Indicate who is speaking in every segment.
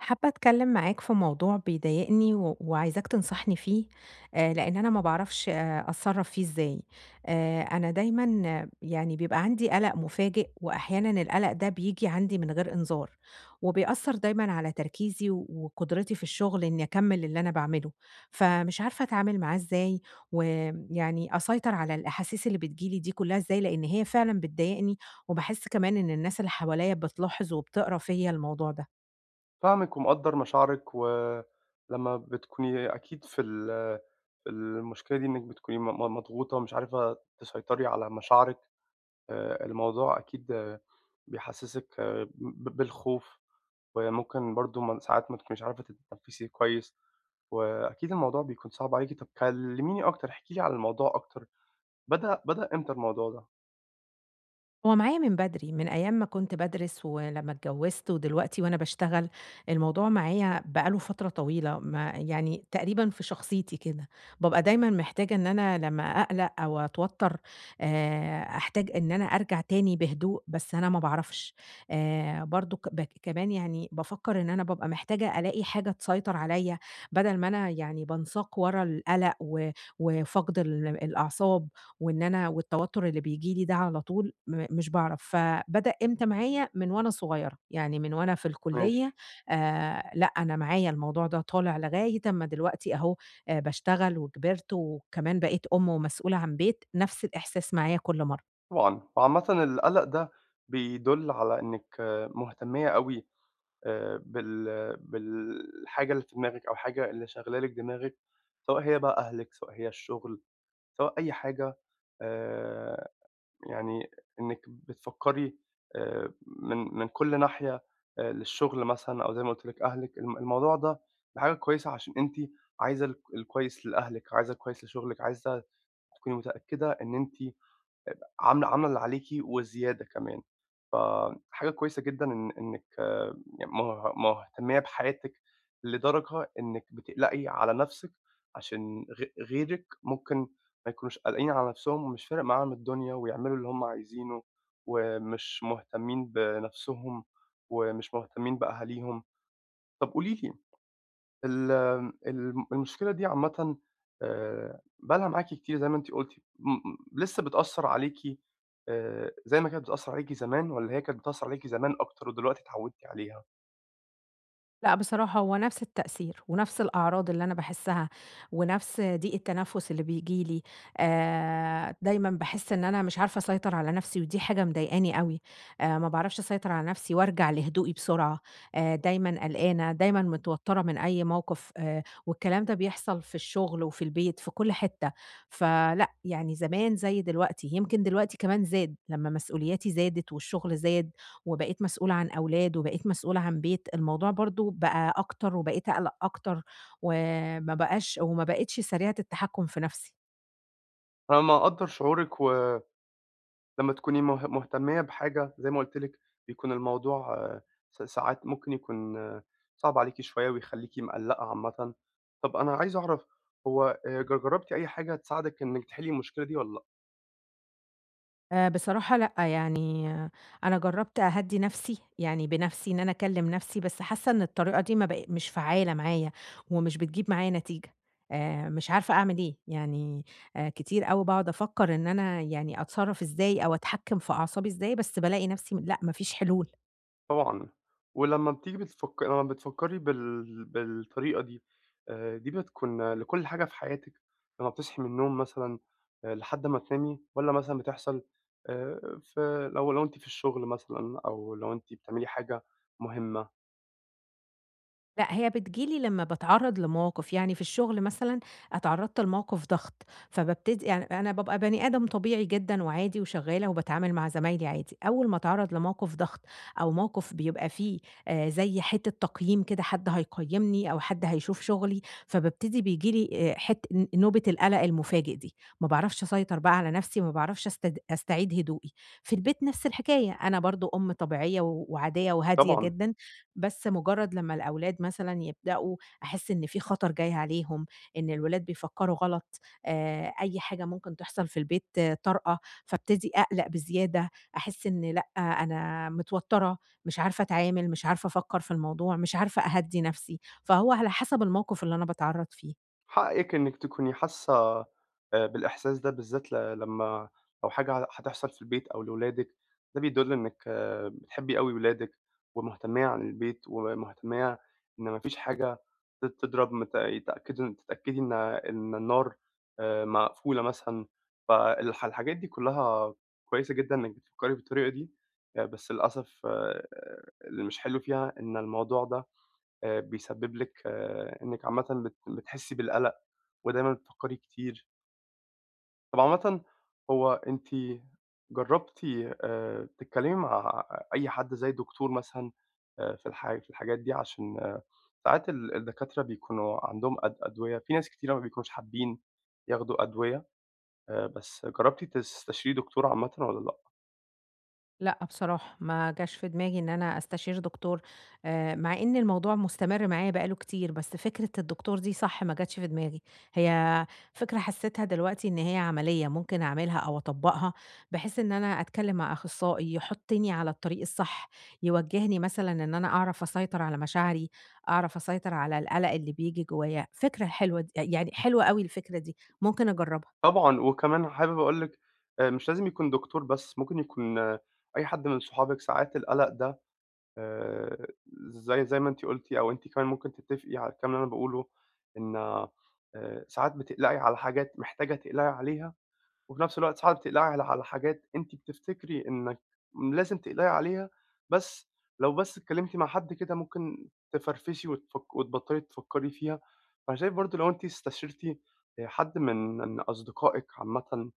Speaker 1: حابة أتكلم معاك في موضوع بيضايقني و وعايزاك تنصحني فيه، لإن أنا ما باعرفش أتصرّف فيه إزاي. أنا دايمًا آه، يعني بيبقى عندي قَلَق مفاجئ، وأحيانًا القَلَق ده بييجي عندي من غير إنذار، وبيأثّر دايمًا على تركيزي وقدرتي في الشغل إني أكمّل اللي أنا باعمله، فمش عارفة أتعامل معاه إزاي، ويعني أسيطر على الأحاسيس اللي بتيجي لي دي كلّها إزاي، لإن هي فعلًا بتضايقني، وباحس كمان إن الناس اللي حواليّا بتلاحظ وبتقرا فيّا الموضوع ده.
Speaker 2: فاهمِك ومقدّر مشاعرِك، ولمّا بتكوني أكيد في المشكلة دي إنِّك بتكوني م م مضغوطة ومش عارفة تسيطري على مشاعرك. الموضوع أكيد بيحسّسِك بالخوف، وممكن برضه ساعات ما تكونيش عارفة تتنفّسي كويس، وأكيد الموضوع بيكون صعب عليكِ. طَب كلّميني أكتر، احكي لي على الموضوع أكتر، بدأ إمتى الموضوع ده؟
Speaker 1: هو معايا من بدري، من أيام ما كنت بادرس ولمّا اتجوّزت ودلوقتي وأنا باشتغل، الموضوع معايا بقى له فترة طويلة، ما يعني تقريبًا في شخصيتي كده، بابقى دايمًا محتاجة إن أنا لمّا أقلق أو أتوتر، أحتاج إن أنا أرجع تاني بهدوء، بس أنا ما باعرفش. برضه ك ب كمان يعني بافكّر إن أنا بابقى محتاجة ألاقي حاجة تسيطر عليَّ، بدل ما أنا يعني بانساق ورا القلق وفقد الأعصاب. وإن أنا والتوتر اللي بييجي لي ده على طول مش باعرف، فبدأ إمتى معايا؟ من وأنا صغيرة، يعني من وأنا في
Speaker 2: ماشي.
Speaker 1: الكلية. لأ، أنا معايا الموضوع ده طالع لغاية أمّا دلوقتي أهو باشتغل وكبرت وكمان بقيت أم ومسؤولة عن بيت، نفس الإحساس معايا كل مرّة.
Speaker 2: طبعًا. وعامةً القَلَق ده بيدُل على إنِّك مهتمية أوي بالحاجة اللي في دماغِك أو الحاجة اللي شاغلة لِك دماغِك، سواء هي بقى أهلِك، سواء هي الشغل، سواء أي حاجة، آآ يعني إنِّك بتفكّري من كل ناحية، للشغل مثلًا أو زي ما قُلت لِك أهلِك. الموضوع ده حاجة كويسة عشان أنتِ عايزة الكويس لأهلِك، عايزة الكويس لشغلِك، عايزة تكوني متأكدة إن أنتِ عاملة اللي عليكِ وزيادة كمان. فحاجة كويسة جدًا إن إنِّك آه، يعني مهتمية بحياتِك لدرجة إنِّك بتقلقي على نَفْسِك، عشان غيرِك ممكن ما يكونوش قالقين على نَفْسهم ومش فارق معاهم الدنيا ويعملوا اللي هم عايزينه، ومش مهتمين بنَفْسهم، ومش مهتمين بأهاليهم. طَب قولي لي ال المشكلة دي عامةً بقى لها معاكِ كتير زي ما أنتِ قُلتِ، م م لسه بتأثّر عليكِ زي ما كانت بتأثّر عليكِ زمان، والّا هي كانت بتأثّر عليكِ زمان أكتر ودلوقتي اتعوّدتِ عليها؟
Speaker 1: لأ بصراحة هو نفس التأثير، ونفس الأعراض اللي أنا باحسّها، ونفس ضيق التنفس اللي بييجي لي. دايمًا باحس إن أنا مش عارفة أسيطر على نفسي، ودي حاجة مضايقاني أوي. ما باعرفش أسيطر على نفسي وأرجع لهدوئي بسرعة. دايمًا قلقانة، دايمًا متوترة من أي موقف، والكلام ده بيحصل في الشغل وفي البيت، في كل حتة، فلأ يعني زمان زي دلوقتي، يمكن دلوقتي كمان زاد، لمّا مسؤولياتي زادت والشغل زاد، وبقيت مسؤولة عن أولاد، وبقيت مسؤولة عن بيت، الموضوع برضه بقى أكتر، وبقيت أقلق أكتر، وما بقيتش سريعة التحكم في نفسي.
Speaker 2: أنا مقدّر شعورِك، ولمّا تكوني مهتمية بحاجة زي ما قُلت لِك بيكون الموضوع آه، ساعات ممكن يكون آه، صعب عليكِ شوية ويخلّيكِ مقلّقة عامةً. طَب أنا عايز أعرف هو جرّبتِ أي حاجة تساعدِك إنِّك تحلّي المشكلة دي والّا لأ؟
Speaker 1: بصراحة لأ، يعني آه، أنا جرّبت أهدّي نفسي، يعني بنفسي إن أنا أكلّم نفسي، بس حاسة إن الطريقة دي ما بق مش فعّالة معايا، ومش بتجيب معايا نتيجة. مش عارفة أعمل إيه، يعني كتير أوي باقعد أفكّر إن أنا يعني أتصرّف إزاي أو أتحكّم في أعصابي إزاي، بس بالاقي نفسي لأ، ما فيش حلول.
Speaker 2: طبعًا. ولمّا بتيجي بتفك لمّا بتفكّري بالطريقة دي، دي بتكون لكل حاجة في حياتِك، لمّا بتصحي من النوم مثلًا لحد ما تنامي، والّا مثلًا بتحصل في لو أنتِ في الشغل مثلًا، أو لو أنتِ بتعملي حاجة مهمة؟
Speaker 1: لأ، هي بتيجي لي لمّا باتعرّض لمواقف، يعني في الشغل مثلًا اتعرّضت لموقف ضغط، فبابتدي يعني أنا بابقى بني آدم طبيعي جدًا وعادي وشغّالة وباتعامل مع زمايلي عادي، أول ما اتعرّض لموقف ضغط أو موقف بيبقى فيه زي حتّة تقييم كده، حد هيقيّمني أو حد هيشوف شغلي، فبابتدي بييجي لي حت ن نوبة القلق المفاجئ دي، ما باعرفش أسيطر بقى على نَفْسي، ما باعرفش أستعيد هدوئي. في البيت نَفْس الحكاية، أنا برضه أم طبيعية وعادية وهادية
Speaker 2: طبعًا.
Speaker 1: جدًا، بس مجرد لمّا الأولاد مثلًا يبدأوا أحس إن في خطر جاي عليهم، إن الولاد بيفكروا غلط. أي حاجة ممكن تحصل في البيت آه، طارئة، فابتدي أقلق بزيادة، أحس إن لأ، أنا متوترة، مش عارفة أتعامل، مش عارفة أفكر في الموضوع، مش عارفة أهدّي نفسي، فهو على حسب الموقف اللي أنا باتعرض فيه.
Speaker 2: حقِّك إنِّك تكوني حاسة بالإحساس ده بالذات لمّا لو حاجة هتحصل في البيت أو لولادِك، ده بيدُل إنِّك بتحبّي أوي ولادِك ومهتمية عن البيت ومهتمية إن ما فيش حاجة تضرب مت تأكدوا تتأكدي إن النار مقفولة مثلًا. الحاجات دي كُلّها كويسة جدًا إنِّك بتفكّري بالطريقة دي. بس للأسف اللي مش حلو فيها إن الموضوع ده بيسبِّب لِك إنِّك عامةً بتحسّي بالقَلَق ودايمًا بتفكّري كتير. طب عامةً هو أنتِ جرّبتِ تتكلّمي مع أي حد زي دكتور مثلًا في في الحاجات دي عشان آه، ساعات الدكاترة بيكونوا عندهم أدوية في ناس كتيرة ما بيكونوش حابين ياخدوا أدوية. بس جرّبتِ تستشيري دكتور عامةً والّا لأ؟
Speaker 1: لأ بصراحة، ما جاش في دماغي إن أنا أستشير دكتور، مع إن الموضوع مستمر معايا بقى له كتير، بس فكرة الدكتور دي صح ما جاتش في دماغي، هي فكرة حسيتها دلوقتي إن هي عملية ممكن أعملها أو أطبّقها، بحيث إن أنا أتكلم مع أخصائي يحطّني على الطريق الصح، يوجّهني مثلًا إن أنا أعرف أسيطر على مشاعري، أعرف أسيطر على القلق اللي بييجي جوايا، فكرة حلوة د يعني حلوة أوي الفكرة دي، ممكن أجرّبها.
Speaker 2: طبعًا. وكمان حابب أقول لِك مش لازم يكون دكتور بس، ممكن يكون آه، أي حد من صحابِك. ساعات القَلَق ده آآ زي ما أنتِ قُلتِ، أو أنتِ كمان ممكن تتّفقي على الكلام اللي أنا باقوله إن ساعات بتقلقي على حاجات محتاجة تقلقي عليها، وفي نفس الوقت ساعات بتقلقي على حاجات أنتِ بتفتكري إنِّك لازم تقلقي عليها، بس لو بس اتكلمتِ مع حد كده ممكن تفرفشي وتفك وتبطّلي تفكّري فيها. فأنا شايف برضه لو أنتِ استشرتِ حد من أصدقائِك عامةً،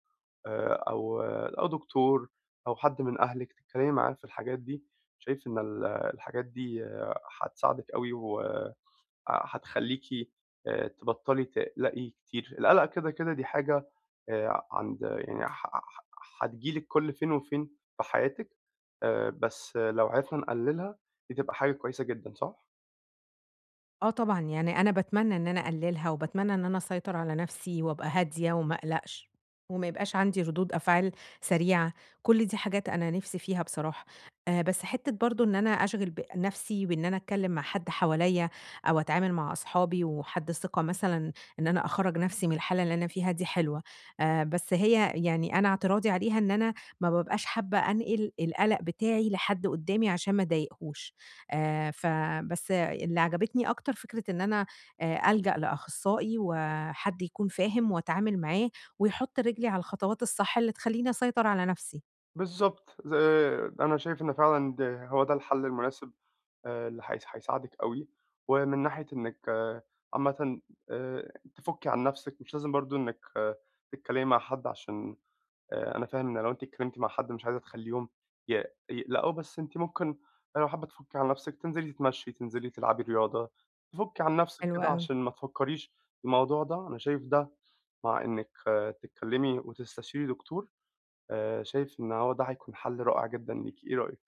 Speaker 2: أو دكتور أو حد من أهلِك تتكلمي معاه في الحاجات دي، شايف إن الحاجات دي آه، هتساعدِك أوي وهتخلّيكِ تبطّلي تقلقي كتير. القلق كده دي حاجة يعني هتيجي لِك كل فين وفين في حياتِك، بس لو عرفنا نقللها دي تبقى حاجة كويسة جدًا، صح؟
Speaker 1: آه طبعًا، يعني أنا باتمنى إن أنا أقللها، وباتمنى إن أنا أسيطر على نفسي وأبقى هادية وما أقلقش، وما يبقاش عندي ردود أفعال سريعة، كل دي حاجات أنا نِفسي فيها بصراحة. بس حتّة برضه إن أنا أشغِل نفسي بإن أنا أتكلّم مع حد حواليّا، أو أتعامل مع أصحابي وحد ثقة مثلًا، إن أنا أخرّج نفسي من الحالة اللي أنا فيها دي حلوة. بس هي يعني أنا اعتراضي عليها إن أنا ما بابقاش حابة أنقل القلق بتاعي لحد قدّامي عشان ما أضايقهوش. فبس اللي عجبتني أكتر فكرة إن أنا ألجأ لأخصائي وحد يكون فاهم وأتعامل معاه، ويحُط رجلي على الخطوات الصح اللي تخلّيني أسيطر على نفسي.
Speaker 2: بالضبط. آه، أنا شايف إن فعلًا ده هو ده الحل المناسب، اللي هيساعدِك أوي، ومن ناحية إنِّك آه، عامةً تفُكّي عن نَفْسِك. مش لازم برضه إنِّك آه، تتكلّمي مع حد عشان أنا فاهم إن لو أنتِ اتكلّمتِ مع حد مش عايزة تخلّيهم ي يقلقوا، بس أنتِ ممكن لو حابة تفُكّي عن نَفْسِك تنزلي تتمشّي، تنزلي تلعبي رياضة، تفُكّي عن نَفْسِك
Speaker 1: حلو
Speaker 2: كده
Speaker 1: أوي.
Speaker 2: عشان ما تفكّريش في الموضوع ده. أنا شايف ده مع إنِّك آه، تتكلّمي وتستشيري دكتور، شايف إن هو ده هيكون حل رائع جدًا ليكِ، إيه رأيِك؟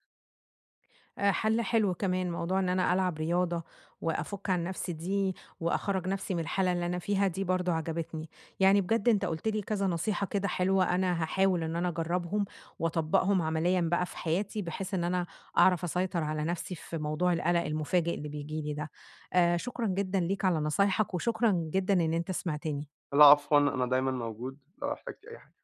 Speaker 1: حل حلو كمان، موضوع إن أنا ألعب رياضة وأفُك عن نَفْسي دي وأخرّج نَفْسي من الحالة اللي أنا فيها دي برضه عجبتني. يعني بجد أنت قُلت لي كذا نصيحة كده حلوة، أنا هاحاول إن أنا أجرّبهم وأطبّقهم عمليًا بقى في حياتي، بحيث إن أنا أعرف أسيطر على نَفْسي في موضوع القَلَق المفاجئ اللي بييجي لي ده. شكرًا جدًا ليك على نصايحك، وشكرًا جدًا إن أنت سمعتني.
Speaker 2: لا عفوًا، أنا دايمًا موجود لو احتجتِ أي حاجة.